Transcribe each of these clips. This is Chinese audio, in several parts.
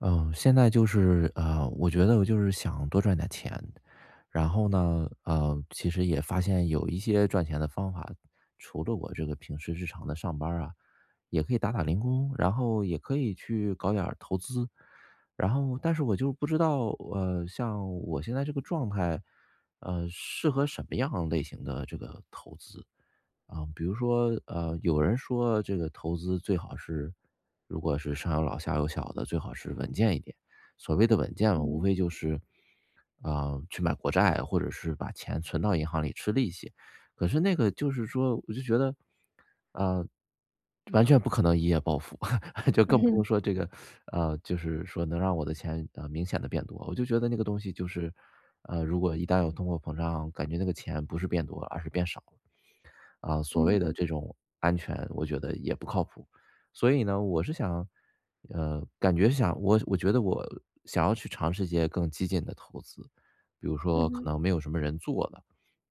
嗯，现在就是我觉得我就是想多赚点钱，然后呢，其实也发现有一些赚钱的方法，除了我这个平时日常的上班儿啊，也可以打打零工，然后也可以去搞点儿投资，然后但是我就不知道，像我现在这个状态，适合什么样类型的这个投资？啊，比如说，有人说这个投资最好是，如果是上有老下有小的，最好是稳健一点。所谓的稳健嘛，无嗯，非就是，去买国债，或者是把钱存到银行里吃利息。可是那个就是说，我就觉得，啊、完全不可能一夜暴富，就更不嗯用说这个，就是说能让我的钱明显的变多。我就觉得那个东西就是，如果一旦有通货膨胀，感觉那个钱不是变多，而是变少了。所谓的嗯这种安全，我觉得也不靠谱。所以呢，我是想，呃，感觉想我觉得我想要去尝试一些更激进的投资，比如说可嗯能没有什么人做的，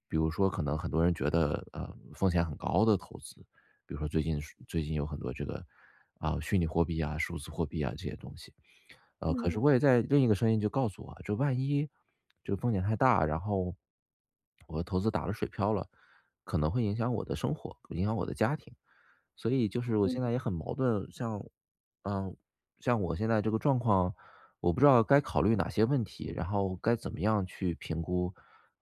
比如说可能很多人觉得风险很高的投资，比如说最近有很多这个虚拟货币啊、数字货币啊这些东西。可是嗯我也在另一个声音就告诉我，这万一这个风险太大，然后我投资打了水漂了，可能会影响我的生活，影响我的家庭。所以就是我现在也嗯很矛盾，嗯、像我现在这个状况，我不知道该考虑哪些问题，然后该怎么样去评估，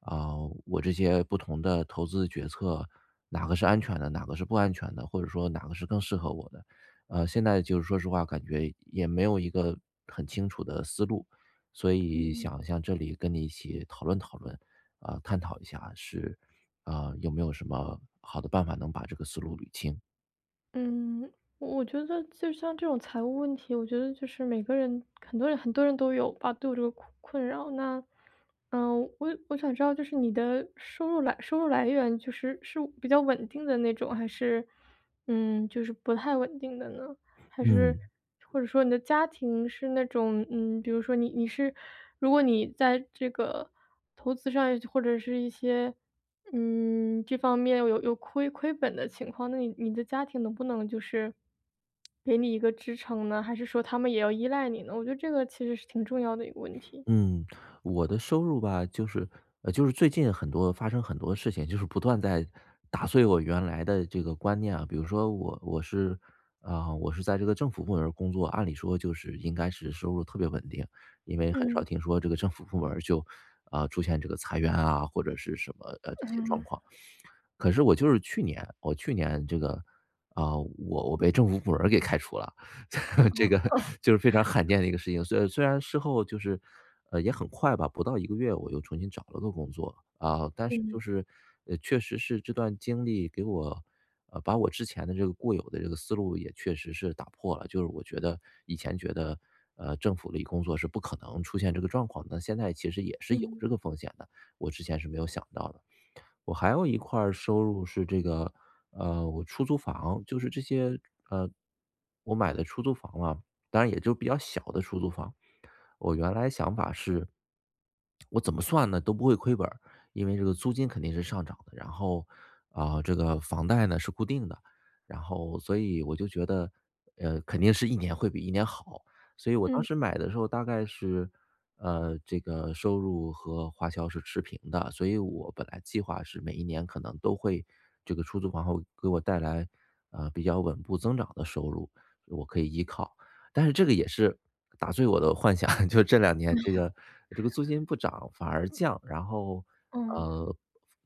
啊、我这些不同的投资决策，哪个是安全的，哪个是不安全的，或者说哪个是更适合我的。现在就是说实话，感觉也没有一个很清楚的思路，所以嗯想向这里跟你一起讨论讨论，探讨一下是，有没有什么好的办法能把这个思路捋清？嗯,我觉得就像这种财务问题，我觉得就是每个人，很多人都有吧，都有这个困扰。那，嗯，我想知道，就是你的收入来源，就是比较稳定的那种，还是，嗯，就是不太稳定的呢？还是嗯。或者说你的家庭是那种，嗯，比如说你是如果你在这个投资上或者是一些，嗯，这方面有亏本的情况，那你的家庭能不能就是给你一个支撑呢？还是说他们也要依赖你呢？我觉得这个其实是挺重要的一个问题。嗯，我的收入吧，就是就是最近很多发生很多事情，就是不断在打碎我原来的这个观念啊。比如说我是在这个政府部门儿工作，按理说就是应该是收入特别稳定，因为很少嗯听说这个政府部门儿就出现这个裁员啊或者是什么这些状嗯况。可是我去年这个，啊，我被政府部门儿给开除了，这个就是非常罕见的一个事情。虽然事后就是，也很快吧，不到1个月我又重新找了个工作，啊，但是就嗯是，确实是这段经历给我把我之前的这个固有的这个思路也确实是打破了。就是我觉得以前觉得，政府里工作是不可能出现这个状况的，但现在其实也是有嗯这个风险的，我之前是没有想到的。我还有一块儿收入是这个，我出租房，就是这些，呃，我买的出租房啊，当然也就比较小的出租房，我原来想法是，我怎么算呢都不会亏本儿，因为这个租金肯定是上涨的，然后这个房贷呢是固定的，然后所以我就觉得，肯定是一年会比一年好，所以我当嗯时买的时候大概是，这个收入和花销是持平的，所以我本来计划是每一年可能都会这个出租房会给我带来比较稳步增长的收入，我可以依靠。但是这个也是打碎我的幻想，就这2年这个租金不涨反而降，然后，嗯呃，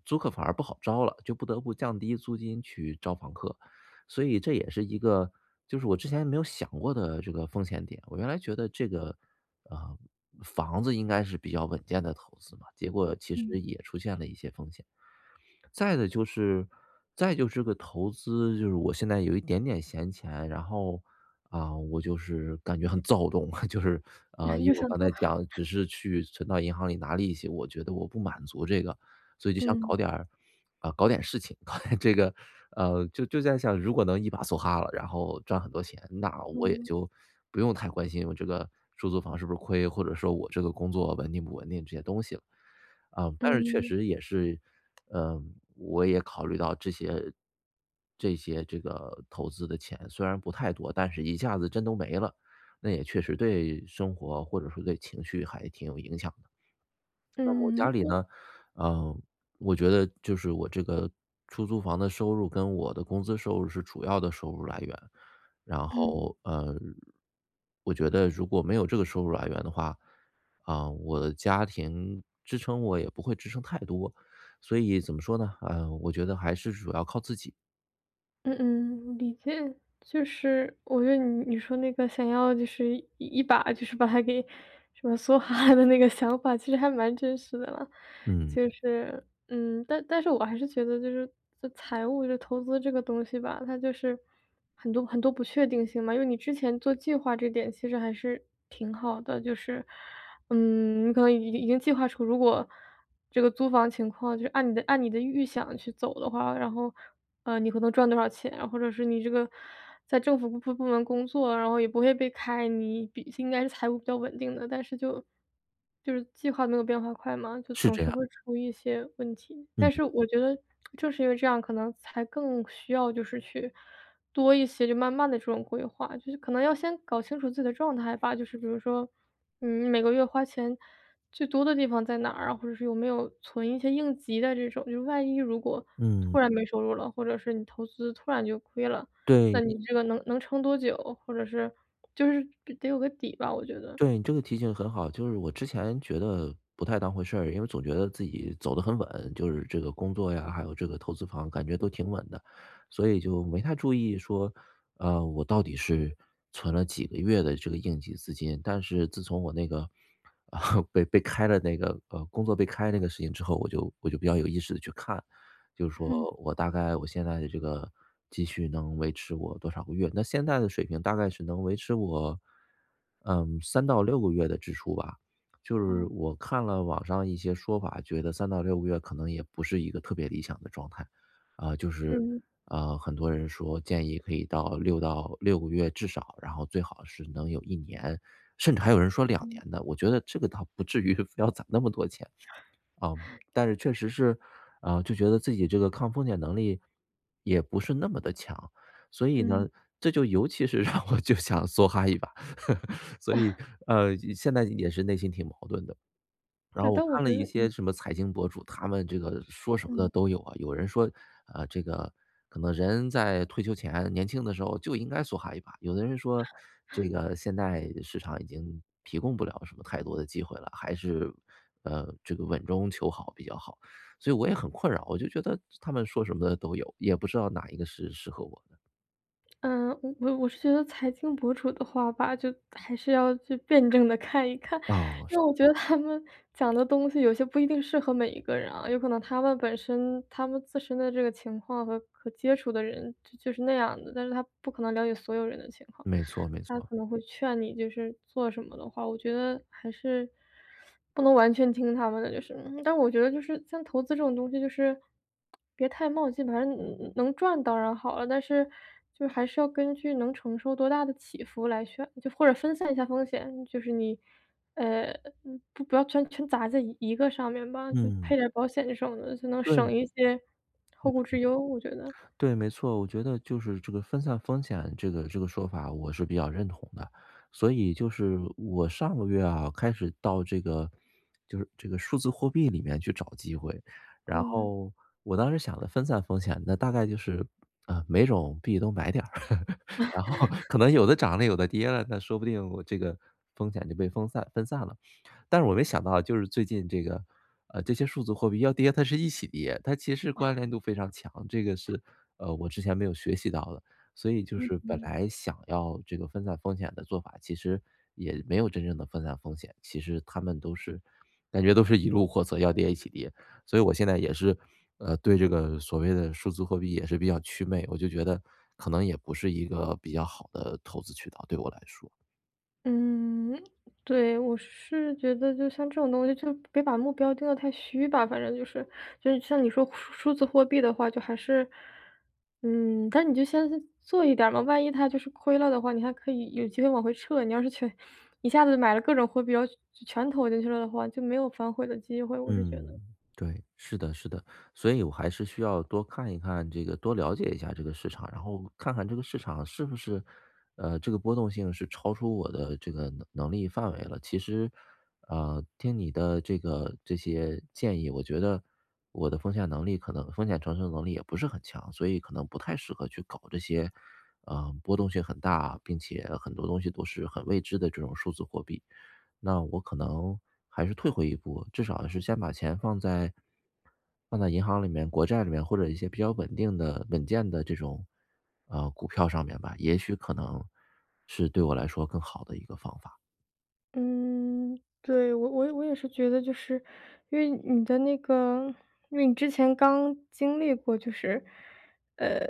租客反而不好招了，就不得不降低租金去招房客。所以这也是一个就是我之前没有想过的这个风险点，我原来觉得这个，呃，房子应该是比较稳健的投资嘛，结果其实嗯，也出现了一些风险。再的就是再就是个投资，就是我现在有一点点闲钱，然后，啊，我就是感觉很躁动，就是因又为我想刚到，才讲只是去存到银行里拿利息，我觉得我不满足这个，所以就想嗯搞点儿啊，搞点事情，搞点这个，就在想，如果能一把梭哈了，然后赚很多钱，那我也嗯就不用太关心我这个出租房是不是亏，或者说我这个工作稳定不稳定这些东西了。啊，但是确嗯实也是，我也考虑到这些这个投资的钱虽然不太多，但是一下子真都没了，那也确实对生活或者说对情绪还挺有影响。嗯家里嗯呢，嗯，我觉得就是我这个出租房的收入跟我的工资收入是主要的收入来源。然嗯。后，我觉得如果没有这个收入来源的话，我的家庭支撑我也不会支撑太多。所以怎么说呢？我觉得还是主要靠自己。嗯嗯，理解。就是我觉得你说那个想要就是一把就是把它给什么梭哈的那个想法，其实还蛮真实的了，嗯，就是嗯，但是我还是觉得就是这财务就投资这个东西吧，它就是很多不确定性嘛。因为你之前做计划这点其实还是挺好的，就是嗯，你可能已经计划出如果。这个租房情况，就是按你的预想去走的话，然后，你可能赚多少钱，或者是你这个在政府部门工作，然后也不会被开，你比应该是财务比较稳定的，但是就是计划没有变化快嘛，就是总这是样。会出一些问题。但嗯是我觉得正是因为这样，可能才更需要就是去多一些，就慢慢的这种规划，就是可能要先搞清楚自己的状态吧，就是比如说，嗯，每个月花钱最多的地方在哪儿啊？或者是有没有存一些应急的这种，就是万一如果突嗯，然没收入了，或者是你投资突然就亏了，那对，你嗯这个能撑多久？或者是就是得有个底吧，我觉得。对，你这个提醒很好，就是我之前觉得不太当回事儿，因为总觉得自己走得很稳，就是这个工作呀，还有这个投资房，感觉都挺稳的，所以就没太注意说，我到底是存了几个月的这个应急资金。但是自从我那个，被开了那个工作被开那个事情之后，我就比较有意识的去看，就是嗯，说我大概我现在的这个积蓄能维持我多少个月？那现在的水平大概是能维持我，三到六个月的支出吧。就是哦，我看了网上一些说法，觉得三到六个月可能也不是一个特别理想的状态。啊，就是，嗯，很多人说建议可以到六个月至少，然后最好是能有一年，甚至还有人说两嗯。年的，我觉得这个倒不至于 非要攒那么多钱。啊，但是确实是，就觉得自己这个抗风险能力也不是那么的强，所以嗯，呢，这就尤其是 让我就想梭哈一把，所以，现在也是内心挺矛盾的。然对，后我但我看了觉一得些嗯。什么财经博主，他们这个说什么的嗯。都有啊。有人说，这个可能人在退休前年轻的时候就应该梭哈一把；有的人说，这个现在市场已经提供不了什么太多的机会了，还是这个稳中求好比较好。所以我也很困扰，我就觉得他们说什么的都有，也不知道哪一个是适合我的。嗯，我是觉得财经博主的话吧，就还是要去辩证的看一看，哦，因是为我觉得他们讲的东西有些不一定适合每一个人啊，有可能他们本身他们自身的这个情况和接触的人就是那样的，但是他不可能了解所有人的情况。没错没他错，可能会劝你就是做什么的话，我觉得还是不能完全听他们的，就是。嗯但我觉得就是像投资这种东西，就是别太冒进，反正能赚当然好了，但是就是还是要根据能承受多大的起伏来选，就或者分散一下风险，就是你，呃，嗯不要全砸在一个上面吧，就嗯，配点保险这种的，就能省对。一些后顾之忧，我觉得。对，没错，我觉得就是这个分散风险这个说法，我是比较认同的。所以就是我上个月啊，开始到这个数字货币里面去找机会，然嗯，后我当时想的分散风险，那大概就是每种币都买点儿。然后可能有的涨了，有的跌了，那说不定我这个风险就被分散分散了。但是我没想到就是最近这个，这些数字货币要跌，它是一起跌，它其实关联度非常强，这个是，我之前没有学习到的。所以就嗯是本嗯。来想要这个分散风险的做法，其实也没有真正的分散风险，其实他们都是感觉都是一路货色，要跌一起跌。所以我现在也是，对这个所谓的数字货币也是比较祛魅，我就觉得可能也不是一个比较好的投资渠道，对我来说。嗯，对，我是觉得就像这种东西，就别把目标定得太虚吧。反正就是，就是像你说数字货币的话，就还是，嗯，但你就先做一点儿嘛。万一它就是亏了的话，你还可以有机会往回撤。你要是全一下子买了各种货币，然后全投进去了的话，就没有反悔的机会。我是觉嗯，得。对，是的，是的，所以我还是需要多看一看这个，多了解一下这个市场，然后看看这个市场是不是，这个波动性是超出我的这个能力范围了。其实，听你的这个这些建议，我觉得我的风险能力可能风险承受能力也不是很强，所以可能不太适合去搞这些，波动性很大，并且很多东西都是很未知的这种数字货币。那我可能还是退回一步，至少是先把钱放在银行里面、国债里面，或者一些比较稳定的、稳健的这种股票上面吧，也许可能是对我来说更好的一个方法。嗯，对，我也是觉得就是，因为你的那个，因为你之前刚经历过，就是，呃，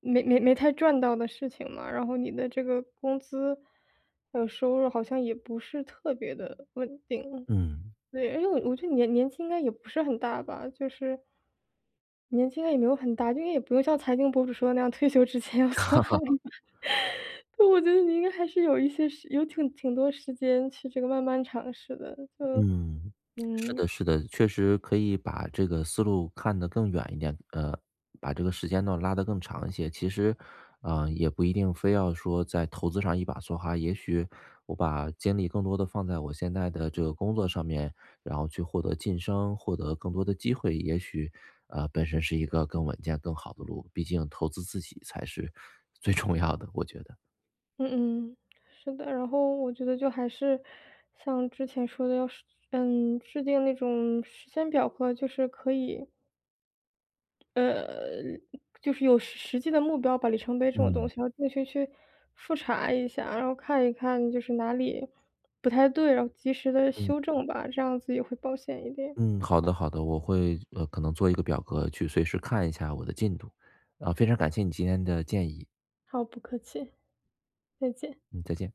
没太赚到的事情嘛，然后你的这个工资还有收入好像也不是特别的稳定，嗯。对，而且我觉得你年纪应该也不是很大吧，就是年纪应该也没有很大，就应该也不用像财经博主说的那样，退休之前要 做好就 我觉得你应该还是有一些挺多时间去这个慢慢尝试的，就嗯，是嗯，的，是的，确实可以把这个思路看得更远一点，把这个时间段拉得更长一些。其实，也不一定非要说在投资上一把梭哈，也许我把精力更多的放在我现在的这个工作上面，然后去获得晋升，获得更多的机会，也许，本身是一个更稳健、更好的路。毕竟投资自己才是最重要的，我觉得。嗯嗯，是的。然后我觉得就还是像之前说的，要是嗯，制定那种时间表格，就是可以呃，就是有实际的目标吧，里程碑这种东西，嗯然后定期去复查一下，然后看一看就是哪里不太对，然后及时的嗯。修正吧，这样子也会保险一点。嗯，好的好的，我会可能做一个表格去随时看一下我的进度，非常感谢你今天的建议，好，不客气，再见。嗯，再见。